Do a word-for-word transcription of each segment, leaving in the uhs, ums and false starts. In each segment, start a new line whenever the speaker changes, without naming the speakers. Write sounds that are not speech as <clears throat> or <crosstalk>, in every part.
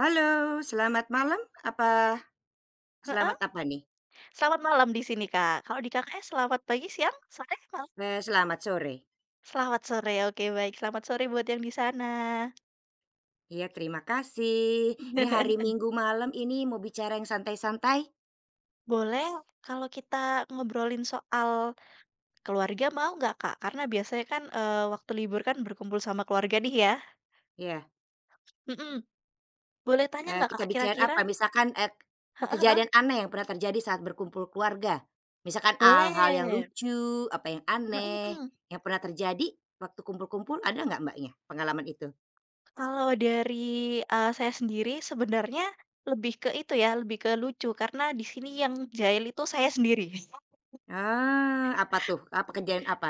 Halo, selamat malam apa selamat
Heeh,
apa nih?
selamat malam di sini, Kak. Kalau di Kakaknya selamat pagi, siang, sore, malam?
Eee, selamat sore?
Selamat sore, oke baik. Selamat sore buat yang di sana.
Iya, terima kasih. Ini hari
<laughs>
Minggu malam ini mau bicara yang santai-santai?
Boleh kalau kita ngobrolin soal keluarga mau nggak, Kak? Karena biasanya kan, eee, waktu libur kan berkumpul sama keluarga nih ya.
Ya,
Mhm, boleh tanya
eee,
nggak,
kita
Kak,
bicarain
kira-kira
apa? Misalkan, eee,
heeh,
kejadian aneh yang pernah terjadi saat berkumpul keluarga. Misalkan hal-hal yang
boleh.
lucu, apa yang
Mhm
aneh,
mhm.
yang pernah terjadi waktu kumpul-kumpul ada nggak Mbaknya pengalaman itu?
Kalau dari, eee, saya sendiri sebenarnya lebih ke itu ya, lebih ke lucu karena di sini yang jahil itu saya sendiri.
Ah, apa tuh? Apa kejadian apa?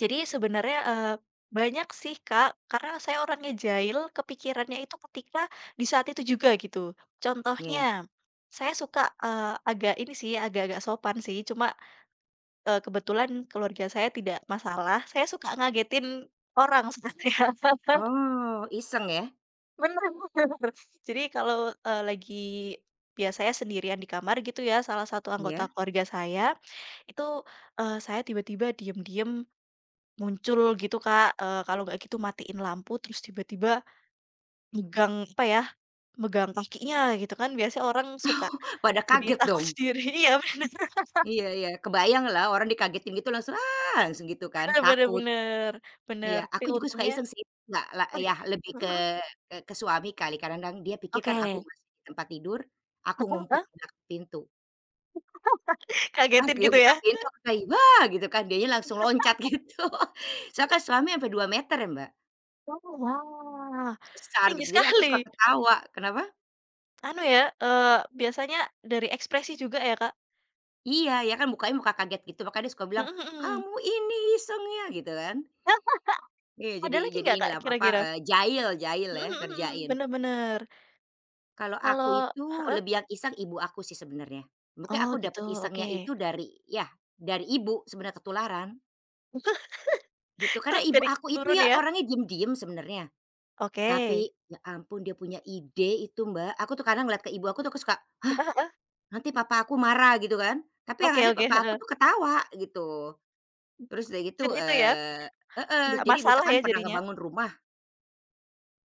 Jadi sebenarnya, eee, banyak sih, Kak, karena saya orangnya jahil, kepikirannya itu ketika di saat itu juga gitu. Contohnya,
Iya.
saya suka, eee, agak ini sih, agak-agak sopan sih, cuma, eee, kebetulan keluarga saya tidak masalah, saya suka ngagetin orang <laughs> sebenarnya.
Oh, iseng ya?
Benar. Jadi kalau, eee, lagi biasanya sendirian di kamar gitu ya, salah satu
Iya.
anggota keluarga saya, itu, eee, saya tiba-tiba diem-diem muncul gitu, Kak, eee, kalau nggak gitu matiin lampu terus tiba-tiba megang, apa ya, megang kakinya gitu kan biasanya orang suka
<laughs> Pada
jadi
kaget
takut <laughs>
dong?
sendiri, iya bener
Iya, iya, kebayang lah orang dikagetin gitu langsung, "Ah!" langsung gitu kan,
bener bener
takut.
bener
Iya,
bener, tapi
aku juga suka
untungnya
iseng sih, nggak la
tadi
yah lebih
mhm
ke
mhm,
ke ke suami kali, kadang-kadang dia pikir kan aku
oke.
masih di tempat tidur, aku ngumpet di
<laughs>
belakang pintu. Pas
Kagetin
dia
gitu
buka
ya?
pintu aku kayak, "Wah!" gitu kan, dianya langsung loncat <laughs>
<laughs>
gitu. Soalnya kan suami sampai dua meter ya, Mbak,
Oh, wah,
besar
tinggi
gitu, jadi aku suka
sekali.
ketawa. Kenapa?
Anu ya, eee, biasanya dari ekspresi juga ya, Kak?
Iya, ya kan mukanya muka kaget gitu, makanya dia suka
Mhm
bilang,
mhm.
"Kamu ini isengnya!" gitu kan.
Nah,
Iya, jadi
ada lagi
jadi
nggak, Kak,
inilah, apa,
kira-kira?
eee, jahil jahil
Mhm
ya,
mhm mhm,
kerjain.
bener bener.
Kalau aku
Kalau
itu
heeh?
lebih yang iseng ibu aku sih sebenarnya. Mungkin
Oh
aku
gitu,
dapat
oke.
isengnya itu dari ya, dari ibu sebenarnya ketularan, gitu. Karena
Tuh
ibu
jadi
aku itu
turun
ya
ya?
orangnya diem-diem sebenarnya,
Oke.
tapi ya ampun dia punya ide itu, Mbak. Aku tuh kadang ngeliat ke ibu aku tuh aku suka,
Heeh heeh.
nanti papa aku marah gitu kan, tapi yang
Oke
ada
oke,
papa aku
heeh.
tuh ketawa gitu. Terus udah gitu,
Jadi itu ya,
eee heeh,
nggak
jadi
masalah
misalkan
ya
pernah
jadinya?
ngebangun rumah.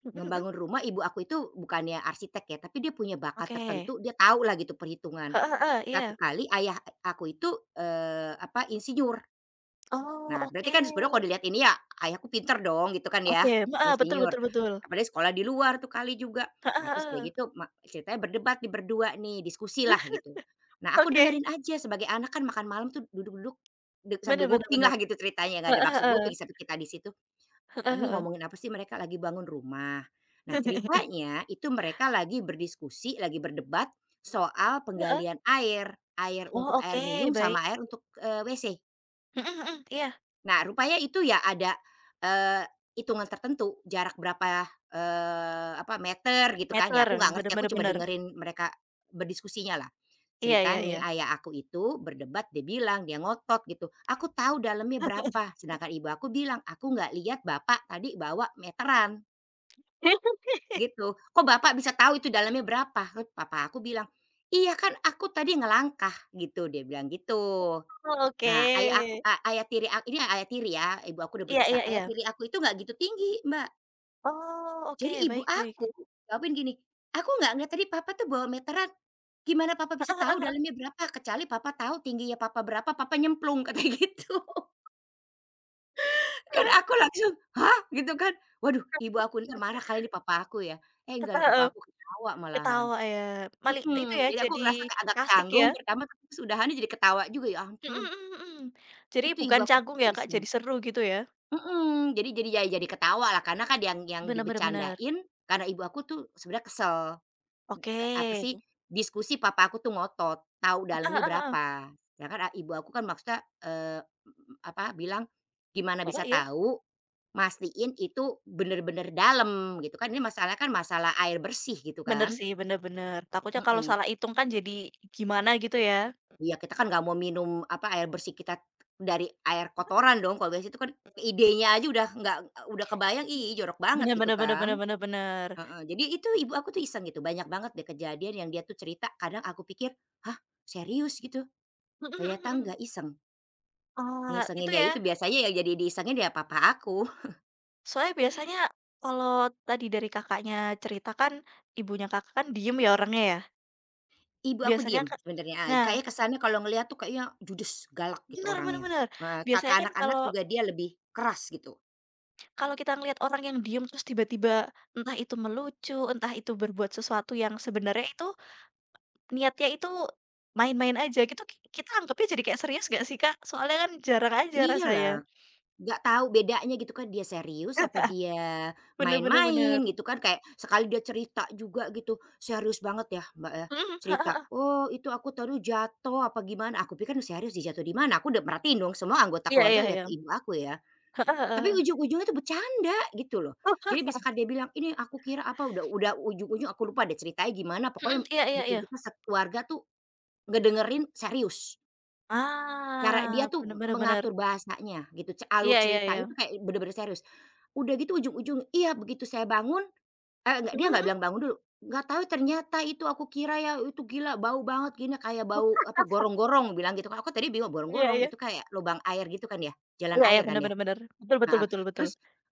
Mhm mhm.
Ngebangun rumah ibu aku itu bukannya arsitek ya, tapi dia punya bakat
Oke.
tertentu, dia tahu lah gitu perhitungan.
Heeh heeh, iya.
Satu kali ayah aku itu, eee, apa, insinyur.
Oh,
Nah, berarti kan sebenarnya kalau
oke.
dilihat ini ya ayahku pinter dong gitu kan ya,
Oke, heeh, betul
insinyur.
betul betul.
Apalagi sekolah di luar tuh kali juga.
Heeh
Nah, terus udah
heeh.
gitu ma ceritanya berdebat di berdua nih, diskusi lah
<laughs>
gitu. Nah, aku
Oke.
dengerin aja sebagai anak kan makan malam tuh duduk-duduk, de
Bener
sambil
bener
nguping lah
bener.
gitu ceritanya, nggak ada
Heeh
maksud
heeh.
nguping, tapi kita di situ. "Ah,
Heeh
ini
heeh.
ngomongin apa sih mereka lagi bangun rumah." Nah
<laughs>
ceritanya itu mereka lagi berdiskusi, lagi berdebat soal
Heeh.
penggalian air, air untuk
Oh,
air
oke,
minum
baik.
sama air untuk, eee, W C.
Mhm mhm, iya.
Nah, rupanya itu ya ada, eee, hitungan tertentu, jarak berapa, eee, apa, meter gitu kan ya,
Meter,
aku nggak ngerti,
bener
aku
bener
coba
bener.
dengerin mereka berdiskusinya lah.
Iya iya
Ceritanya nih
iya.
ayah aku itu berdebat, dia bilang, dia ngotot gitu, "Aku tahu dalamnya berapa," sedangkan ibu aku bilang, "Aku nggak lihat bapak tadi bawa meteran,"
<laughs>
gitu. "Kok bapak bisa tahu itu dalamnya berapa?" Terus papa aku bilang, "Iya kan aku tadi ngelangkah," gitu, dia bilang gitu.
Oh,
Nah, ayah
oke.
aku a ayah tiri ak ini ayah tiri ya, ibu aku udah
Iya
berpisah.
iya
Ayah
iya.
tiri aku itu nggak gitu tinggi, Mbak.
Oh, oke,
Jadi ibu
baik baik.
aku jawabin gini, "Aku nggak ngeliat tadi papa tuh bawa meteran. Gimana papa bisa
Heeh heeh
tahu
heeh.
dalamnya berapa? Kecuali papa tahu tingginya papa berapa, papa nyemplung," katanya gitu. <laughs> Kan
Heeh
aku langsung, "Hah?" Gitu kan. Waduh, ibu aku ntar marah kali ini papa aku ya. Eh, enggak loh papa
heeh.
aku ketawa malahan.
Ketawa ya, paling itu
Mhm,
ya
jadi aku ngerasa
jadi
kayak agak
asik
canggung
ya.
pertama, tapi terus jadi ketawa juga, ya
Mhm
ampun.
mhm mhm. Jadi
Itu ibu
bukan
aku
canggung
gitu
ya, Kak,
iseng.
jadi seru gitu ya?
Mhm, jadi jadi ya jadi ketawa lah karena kan yang yang
Bener bener bener.
dibecandain, karena ibu aku tuh sebenarnya kesel,
Oke.
ke apa sih, diskusi papa aku tuh ngotot, tahu
Heeh
dalamnya
heeh heeh.
berapa. Sedangkan a ibu aku kan maksudnya, eee, apa, bilang, "Gimana bisa
Heeh, iya.
tahu, mastiin itu bener-bener dalam," gitu kan, ini masalah kan masalah air bersih gitu
Bener
kan,
sih, bener bener. Takutnya kalau
mhm.
salah hitung kan jadi gimana gitu ya.
Iya, kita kan nggak mau minum, apa, air bersih kita dari air kotoran dong, kalau biasanya itu kan idenya aja udah nggak udah kebayang, ih jorok banget
Bener
gitu
bener bener
kan.
bener bener bener.
Heeh, jadi itu ibu aku tuh iseng gitu, banyak banget deh kejadian yang dia tuh cerita, kadang aku pikir, "Hah, serius?" gitu,
Mhm
ternyata
mhm mhm.
nggak iseng.
Eee, itu
Ngisenginnya
ya,
itu biasanya yang jadi diisengin ya papa aku.
soalnya biasanya kalau tadi dari Kakaknya cerita kan ibunya Kakak kan diem ya orangnya ya,
Ibu aku
biasanya
diem
Kak
sebenarnya, eee,
nah,
kayaknya kesannya kalau ngeliat tuh kayaknya judes, galak gitu
bener bener
orangnya.
bener.
Eee, ka
Biasanya kan
Anak-anak
kalau
juga dia lebih keras gitu.
Kalau kita ngelihat orang yang diem terus tiba-tiba entah itu melucu, entah itu berbuat sesuatu yang sebenarnya itu niatnya itu main-main aja gitu, ki kita anggapnya jadi kayak serius gak sih, Kak? Soalnya kan jarang aja rasanya.
Iyalah. Nggak tahu bedanya gitu kan, dia serius apa
<laughs>
dia
Bener bener bener.
main-main gitu kan, kayak sekali dia cerita juga gitu, serius banget ya, Mbak, ya,
Mhm,
cerita,
heeh.
"Oh itu aku tadi jatuh apa gimana," aku pikir serius dia jatuh di mana, aku udah merhatiin dong semua anggota
Iya
keluarga
iya
lihat
iya.
ke ibu aku ya,
Heeh heeh
tapi
heeh.
ujung-ujungnya itu bercanda gitu loh. Jadi bisa misalkan dia bilang, "Ini aku kira apa," udah udah ujung-ujung aku lupa deh ceritanya gimana,
Mhm,
pokoknya
iya iya
bikin
iya.
kita sekeluarga tuh ngedengerin serius. Cara dia
Ah, bener
tuh
bener bener.
mengatur bahasanya gitu, ce alur
Iya iya iya.
ceritanya tuh kayak bener-bener serius. Udah gitu ujung-ujung iya begitu saya bangun eh enggak, dia
Mhm
nggak
mhm.
bilang bangun dulu, "Nggak tahu ternyata itu aku kira ya itu gila bau banget gini kayak bau apa
<laughs>
gorong-gorong," bilang gitu kan, aku tadi bingung
Iya
gorong-gorong
iya.
itu kayak lubang air gitu kan ya, jalan
Iya iya,
air kan
bener
ya?
bener bener. Betul betul
Heeh,
betul betul.
terus,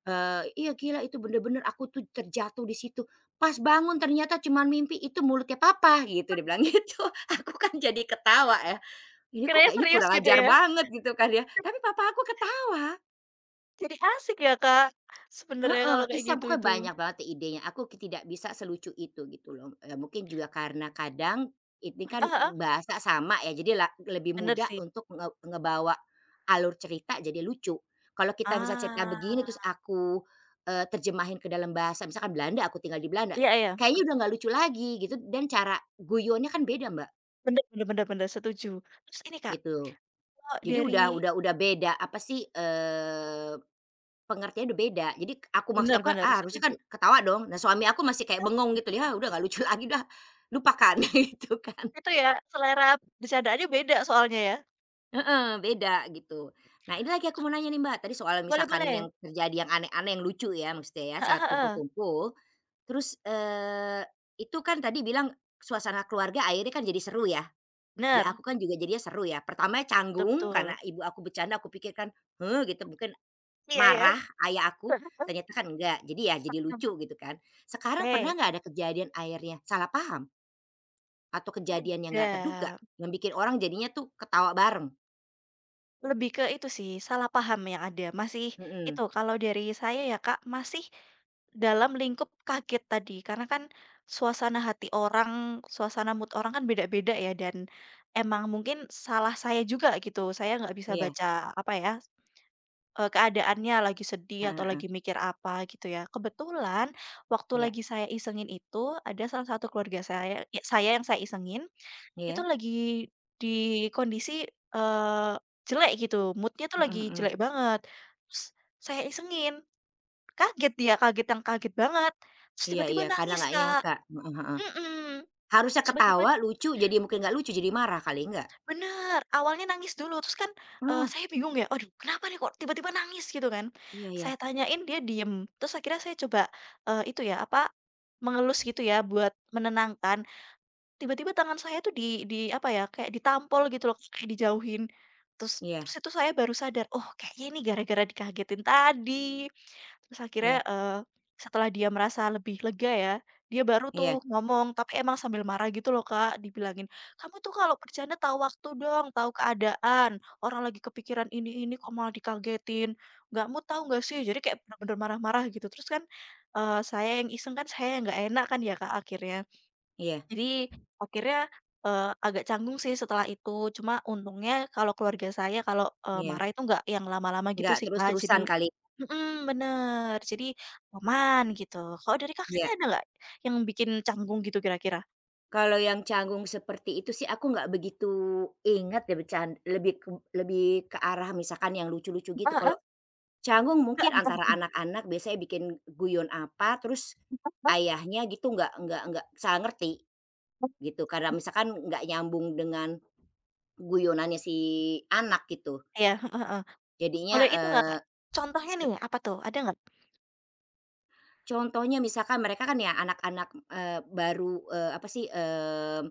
eee, "Iya gila itu bener-bener aku tuh terjatuh di situ, pas bangun ternyata cuman mimpi itu mulutnya papa," gitu dia bilang gitu, <laughs> aku kan jadi ketawa ya. Ini kok
Kiranya
kayaknya
serius
kurang
gitu
ajar
ya?
banget gitu kan ya, tapi papa aku ketawa.
Jadi asik ya, Kak, sebenarnya
Heeh,
kalau kayak
Isa
gitu
pokoknya
itu.
banyak banget tuh idenya, aku ki tidak bisa selucu itu gitu loh, eee, mungkin juga karena kadang ini kan
Heeh heeh,
bahasa sama ya, jadi la lebih
bener
mudah
sih.
untuk nge ngebawa alur cerita jadi lucu. Kalau kita misal cerita
Ah,
begini terus aku, eee, terjemahin ke dalam bahasa misalkan Belanda, aku tinggal di Belanda,
iya iya,
kayaknya udah
mhm,
nggak lucu lagi gitu dan cara guyonnya kan beda Mbak,
bener bener bener bener, setuju. Terus ini, Kak,
gitu.
kalau
Jadi
dari
udah udah udah beda apa sih, eee pengertiannya udah beda. Jadi aku maksud
bener
aku kan,
bener,
ah, harusnya kan
setuju.
ketawa dong. Nah, suami aku masih kayak
Nah,
bengong gitu, "Ya udah nggak lucu <laughs> lagi dah, lupakan," <laughs> gitu kan.
itu ya, selera bercandaannya beda soalnya ya.
Heeh, beda gitu. Nah, ini lagi aku mau nanya nih, Mbak, tadi soal
Boleh
misalkan
boleh,
yang terjadi yang aneh-aneh, yang lucu ya maksudnya ya
heeh
saat
heeh,
kumpul-kumpul. Terus, eee, itu kan tadi bilang suasana keluarga akhirnya kan jadi seru ya. Di aku
bener,
kan juga jadinya seru ya. Pertama
betul betul
canggung
betul.
karena ibu aku bercanda aku pikir kan, "Heh," gitu mungkin
Iya iya.
marah ayah aku, ternyata kan enggak, jadi ya jadi lucu
<laughs>
gitu kan. Sekarang pernah
Oke,
nggak ada kejadian akhirnya salah paham atau kejadian yang nggak terduga
dadah.
yang bikin orang jadinya tuh ketawa bareng?
Lebih ke itu sih, salah paham yang ada. Masih
Mhm,
itu, kalau dari saya ya Kak, masih dalam lingkup kaget tadi. Karena kan suasana hati orang, suasana mood orang kan beda-beda ya, dan emang mungkin salah saya juga gitu. Saya nggak bisa
iya,
baca, apa ya, eee, keadaannya lagi sedih atau
heeh, heeh,
lagi mikir apa gitu ya. Kebetulan waktu
iya,
lagi saya isengin itu, ada salah satu keluarga saya ya saya yang saya isengin itu
iya,
lagi di kondisi, eee, jelek gitu, moodnya tuh
mhm,
lagi
mhm,
jelek banget. Terus saya isengin, kaget dia, kaget yang kaget banget. Terus
iya,
tiba-tiba
iya, karena
nangis,
nggak
Kak.
nyangka, heeh, heeh.
Mhm,
Harusnya
tiba-tiba
ketawa, lucu, jadi mungkin nggak lucu jadi marah kali, enggak?
bener, awalnya nangis dulu, terus kan, eee,
Oh,
saya bingung ya, "Aduh, kenapa nih kok tiba-tiba nangis?" Gitu kan.
iya, iya,
Saya tanyain, dia diem. Terus akhirnya saya coba, eee, itu ya, apa, mengelus gitu ya buat menenangkan. Tiba-tiba tangan saya tuh di di apa ya, kayak ditampol gitu loh, kayak dijauhin. Terus
iya,
terus itu saya baru sadar, "Oh kayaknya ini gara-gara dikagetin tadi." Terus akhirnya,
iya,
eee, setelah dia merasa lebih lega ya, dia baru
iya,
tuh ngomong, tapi emang sambil marah gitu loh, Kak, dibilangin, "Kamu tuh kalau bercanda tahu waktu dong, tahu keadaan. Orang lagi kepikiran ini ini kok malah dikagetin. Nggak mau tahu nggak sih?" Jadi kayak bener-bener marah-marah gitu. Terus kan, eee, saya yang iseng kan saya yang nggak enak kan ya, Kak, akhirnya.
iya,
Jadi akhirnya, eee, agak canggung sih setelah itu, cuma untungnya kalau keluarga saya kalau, eee,
iya,
marah itu nggak yang lama-lama gitu
nggak
sih, Kak. Jadi
terus-terusan kali,
mhm, bener, jadi aman gitu. Kalau dari Kakaknya
iya.
ada nggak yang bikin canggung gitu kira-kira?
Kalau yang canggung seperti itu sih aku nggak begitu ingat ya becan lebih ke lebih ke arah misalkan yang lucu-lucu gitu. Kalau
<laughs>
canggung mungkin antara
Heeh.
anak-anak biasanya bikin guyon apa, terus ayahnya gitu nggak nggak nggak salah ngerti gitu, karena misalkan nggak nyambung dengan guyonannya si anak gitu.
Iya, heeh.
Jadinya,
Boleh itu nggak,
eh,
Kak? Contohnya nih, apa tuh, ada nggak?
Contohnya misalkan mereka kan ya anak-anak, eee, baru, eee, apa sih, eee,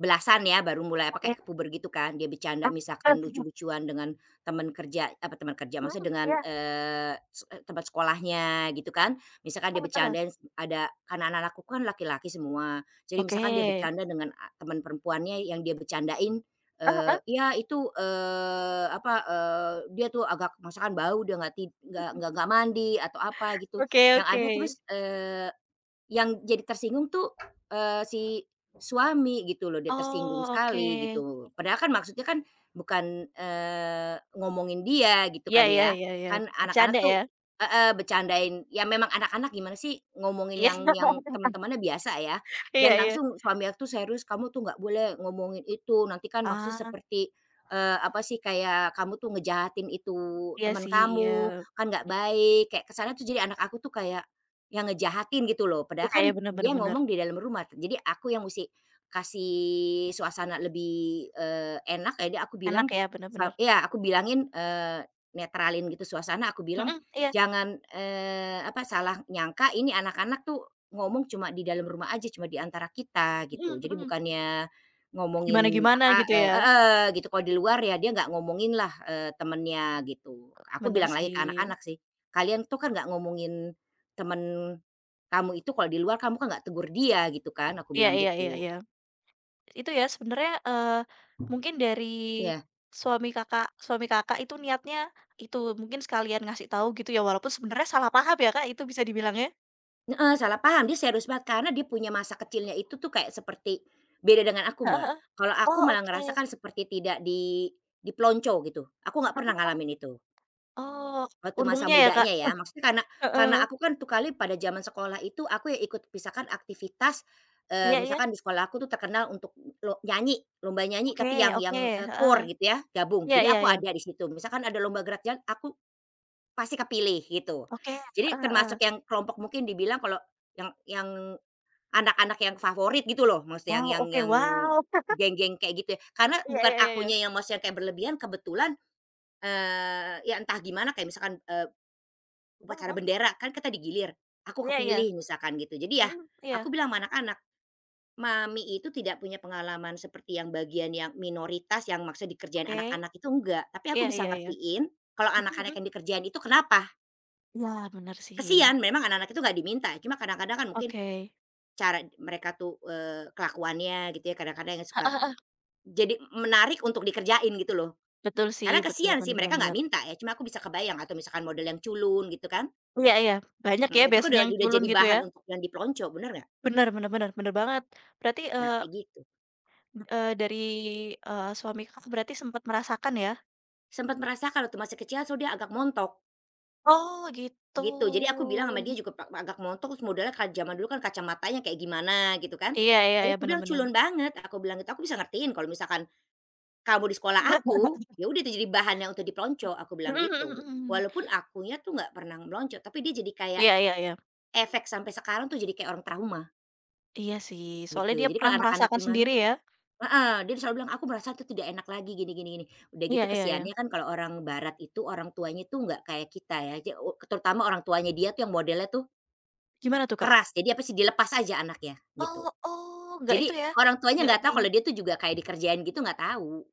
belasan ya, baru mulai apa,
Oke.
kayak puber gitu kan, dia bercanda misalkan lucu-lucuan dengan teman kerja apa teman kerja, maksudnya
Mhm,
dengan,
iya,
eee, se eee, teman sekolahnya gitu kan. Misalkan dia
heeh.
bercandain s ada karena anak-anakku kan laki-laki semua, jadi
Oke.
misalkan dia bercanda dengan a teman perempuannya yang dia bercandain, eee,
Heeh.
"Ya itu, eee, apa, eee, dia tuh agak misalkan bau, dia nggak tid nggak nggak nggak mandi," atau apa gitu.
Oke
Yang
oke.
ada terus, eee, yang jadi tersinggung tuh, eee, si suami gitu loh, dia tersinggung
Oh, oke.
sekali gitu. Padahal kan maksudnya kan bukan, eee, ngomongin dia gitu
Iya
kan
iya
ya,
iya iya,
kan
bercanda
anak-anak
ya?
tuh heeh, bercandain ya memang anak-anak gimana sih ngomongin
Iya.
yang yang
<laughs>
teman-temannya biasa ya, dan
Iya iya.
langsung suami aku tuh serius, "Kamu tuh nggak boleh ngomongin itu, nanti kan maksudnya
Ah,
seperti, eee, apa sih, kayak kamu tuh ngejahatin itu
iya
teman
sih, iya.
kamu, kan nggak
Mhm,
baik." Kayak kesannya tuh jadi anak aku tuh kayak yang ngejahatin gitu loh, padahal
iya
kan
iya, bener bener
dia
bener.
ngomong di dalam rumah, jadi aku yang mesti kasih suasana lebih, eee, enak, jadi aku bilang
Enak ya, bener
sa
bener.
iya aku bilangin, eee, netralin gitu suasana, aku bilang,
Mhm, iya,
"Jangan, eee, apa, salah nyangka ini anak-anak tuh ngomong cuma di dalam rumah aja, cuma di antara kita," gitu.
mhm
Jadi
mhm.
bukannya ngomongin
Gimana gimana
apa
gitu
eee
ya.
heeh, gitu, kalau di luar ya dia nggak ngomongin lah, eee, temennya gitu. Aku
Bener
bilang lagi ke
sih.
anak-anak sih, "Kalian tuh kan nggak ngomongin temen kamu itu kalau di luar kamu kan nggak tegur dia gitu kan, aku
Iya
bilang
iya iya
gitu.
iya. Itu ya sebenarnya, eee, mungkin dari
Iya,
suami Kakak suami Kakak itu niatnya itu, mungkin sekalian ngasih tahu gitu ya, walaupun sebenarnya salah paham ya, Kak, itu bisa dibilang ya?
heeh, salah paham dia serius banget karena dia punya masa kecilnya itu tuh kayak seperti beda dengan aku,
Heeh
Mbak.
heeh.
Kalau aku
Oh,
malah
oke.
ngerasakan seperti tidak di diplonco gitu, aku nggak pernah
Heeh heeh.
ngalamin itu.
Oh,
Waktu masa
untungnya ya,
mudanya
Kak?
ya, maksudnya karena karena
Heeh.
aku kan tuh kali pada zaman sekolah itu aku ya ikut misalkan aktivitas, eee,
Iya iya.
misalkan di sekolah aku tuh terkenal untuk lo nyanyi, lomba nyanyi
Oke
tapi yang
oke,
yang, eee,
heeh.
core gitu ya, gabung.
Iya
Jadi
iya
aku
iya.
ada di situ, misalkan ada lomba gerak jalan aku pasti kepilih gitu.
Oke,
Jadi
heeh heeh.
termasuk yang kelompok mungkin dibilang kalau yang yang anak-anak yang favorit gitu loh, maksudnya
Wow,
yang yang
oke,
yang
wow. <laughs>
geng-geng kayak gitu ya. Karena
Iya
bukan
iya iya iya.
akunya yang maksudnya kayak berlebihan, kebetulan, eee, ya entah gimana kayak misalkan, eee
Mhm
upacara
mhm.
bendera, kan kita digilir, aku
Iya iya.
kepilih misalkan gitu. Jadi ya,
Mhm,
aku
iya.
bilang sama anak-anak, "Mami itu tidak punya pengalaman seperti yang bagian yang minoritas yang maksud dikerjain
Oke.
anak-anak itu enggak, tapi aku
Iya
bisa
iya iya.
ngertiin kalau
Mhm
anak-anak
mhm.
yang dikerjain itu kenapa."
Iya, bener sih.
Kesian memang anak-anak itu nggak diminta, cuma kadang-kadang kan mungkin
Oke.
cara mereka tuh, eee, kelakuannya gitu ya, kadang-kadang yang suka jadi menarik untuk dikerjain gitu loh.
Betul sih,
Karena
betul,
kesian sih
bener bener
mereka nggak
bener.
minta ya, cuma aku bisa kebayang atau misalkan model yang culun gitu kan,
Iya iya, banyak
mhm,
ya
itu kan
biasanya
udah
yang
udah
culun
jadi
gitu
bahan
ya?
untuk yang dipelonco, bener nggak?
Bener bener bener, bener banget. Berarti,
Nah,
eh,
kayak gitu.
eee, dari, eee, suami Kakak berarti sempat merasakan ya?
Sempat merasakan waktu masih kecil so dia agak montok,
Oh, gitu.
gitu. Jadi aku bilang sama dia juga pa agak montok terus modelnya ka zaman dulu kan kacamatanya kayak gimana gitu kan.
Iya iya
Jadi
iya,
aku
bener
bilang,
bener.
"Culun banget," aku bilang gitu, "aku bisa ngertiin kalau misalkan kamu di sekolah
<laughs>
aku, ya udah itu jadi bahannya untuk dipelonco," aku bilang
Mhm mhm
gitu.
mhm.
Walaupun akunya tuh nggak pernah melonco, tapi dia jadi kayak
Iya iya iya.
efek sampai sekarang tuh jadi kayak orang trauma
Iya sih,
gitu.
soalnya dia
Jadi
pernah
kalau anak-anak
merasakan
gimana.
sendiri ya.
Heeh, dia selalu bilang, "Aku merasa itu tidak enak lagi gini gini gini." Udah
Iya
gitu
iya iya.
kesiannya kan kalau orang barat itu orang tuanya tuh nggak kayak kita ya, ja o terutama orang tuanya dia tuh yang modelnya tuh
Gimana tuh, Kak?
keras, jadi apa sih, dilepas aja anaknya gitu.
Oh oh, nggak
Jadi
itu ya,
orang tuanya
nggak
nggak
di
tahu kalau dia tuh juga kayak dikerjain gitu nggak tahu.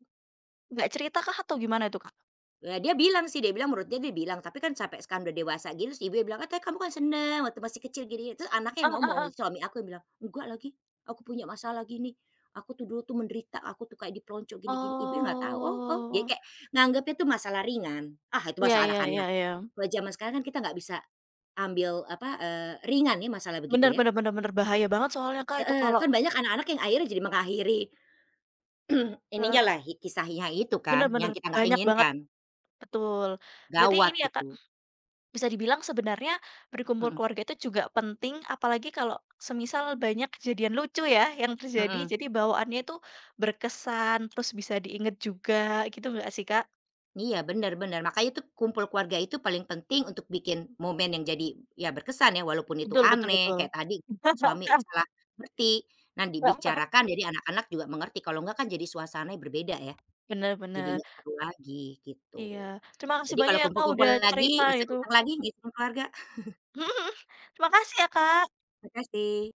nggak cerita kah atau gimana itu, Kak?
Ya dia bilang sih, dia bilang menurut dia dia bilang, tapi kan sampai sekarang udah dewasa gitu. Terus ibunya bilang, "Katanya kamu kan seneng waktu masih kecil gini." Terus anaknya yang
Heeh
ngomong,
heeh.
si suami aku yang bilang, "Enggak lagi, aku punya masalah gini. Aku tuh dulu tuh menderita, aku tuh kayak dipelonco gini-gini." Ibunya nggak tahu, oh, oh, dia
Oh.
kayak nganggapnya tuh masalah ringan. Ah itu
Iya
masalah
iya iya
anak-anak.
iya.
Kalau zaman sekarang kan kita nggak bisa ambil apa, eee, ringan ya masalah begitu
Bener
ya.
bener bener bener, bahaya banget soalnya, Kak, itu
Heeh,
kalau
kan banyak anak-anak yang akhirnya jadi mengakhiri <clears throat> ininya
eee,
lah, hi- kisahnya itu kan,
bener
yang
bener,
kita nggak
banyak banget,
inginkan.
betul. Berarti
Gawat
ini ya, Kak.
gitu.
Bisa dibilang sebenarnya berkumpul
Mhm,
keluarga itu juga penting, apalagi kalau semisal banyak kejadian lucu ya yang
mhm.
terjadi, jadi bawaannya itu berkesan, terus bisa diingat juga, gitu nggak sih, Kak?
Iya, benar-benar, makanya itu kumpul keluarga itu paling penting untuk bikin momen yang jadi, ya berkesan ya walaupun itu
Betul betul
aneh,
betul.
kayak tadi kan suami
<laughs>
salah ngerti. Nah dibicarakan jadi anak-anak juga mengerti, kalau enggak kan jadi suasananya berbeda ya,
Bener
jadi
bener,
nggak perlu lagi gitu.
iya. Terima kasih
Jadi
banyak
kalau
ya, Kak,
kumpul-kumpul
udah
lagi,
cerita gitu.
iseng-iseng lagi, iseng keluarga.
<laughs> Terima kasih ya, Kak.
Makasih.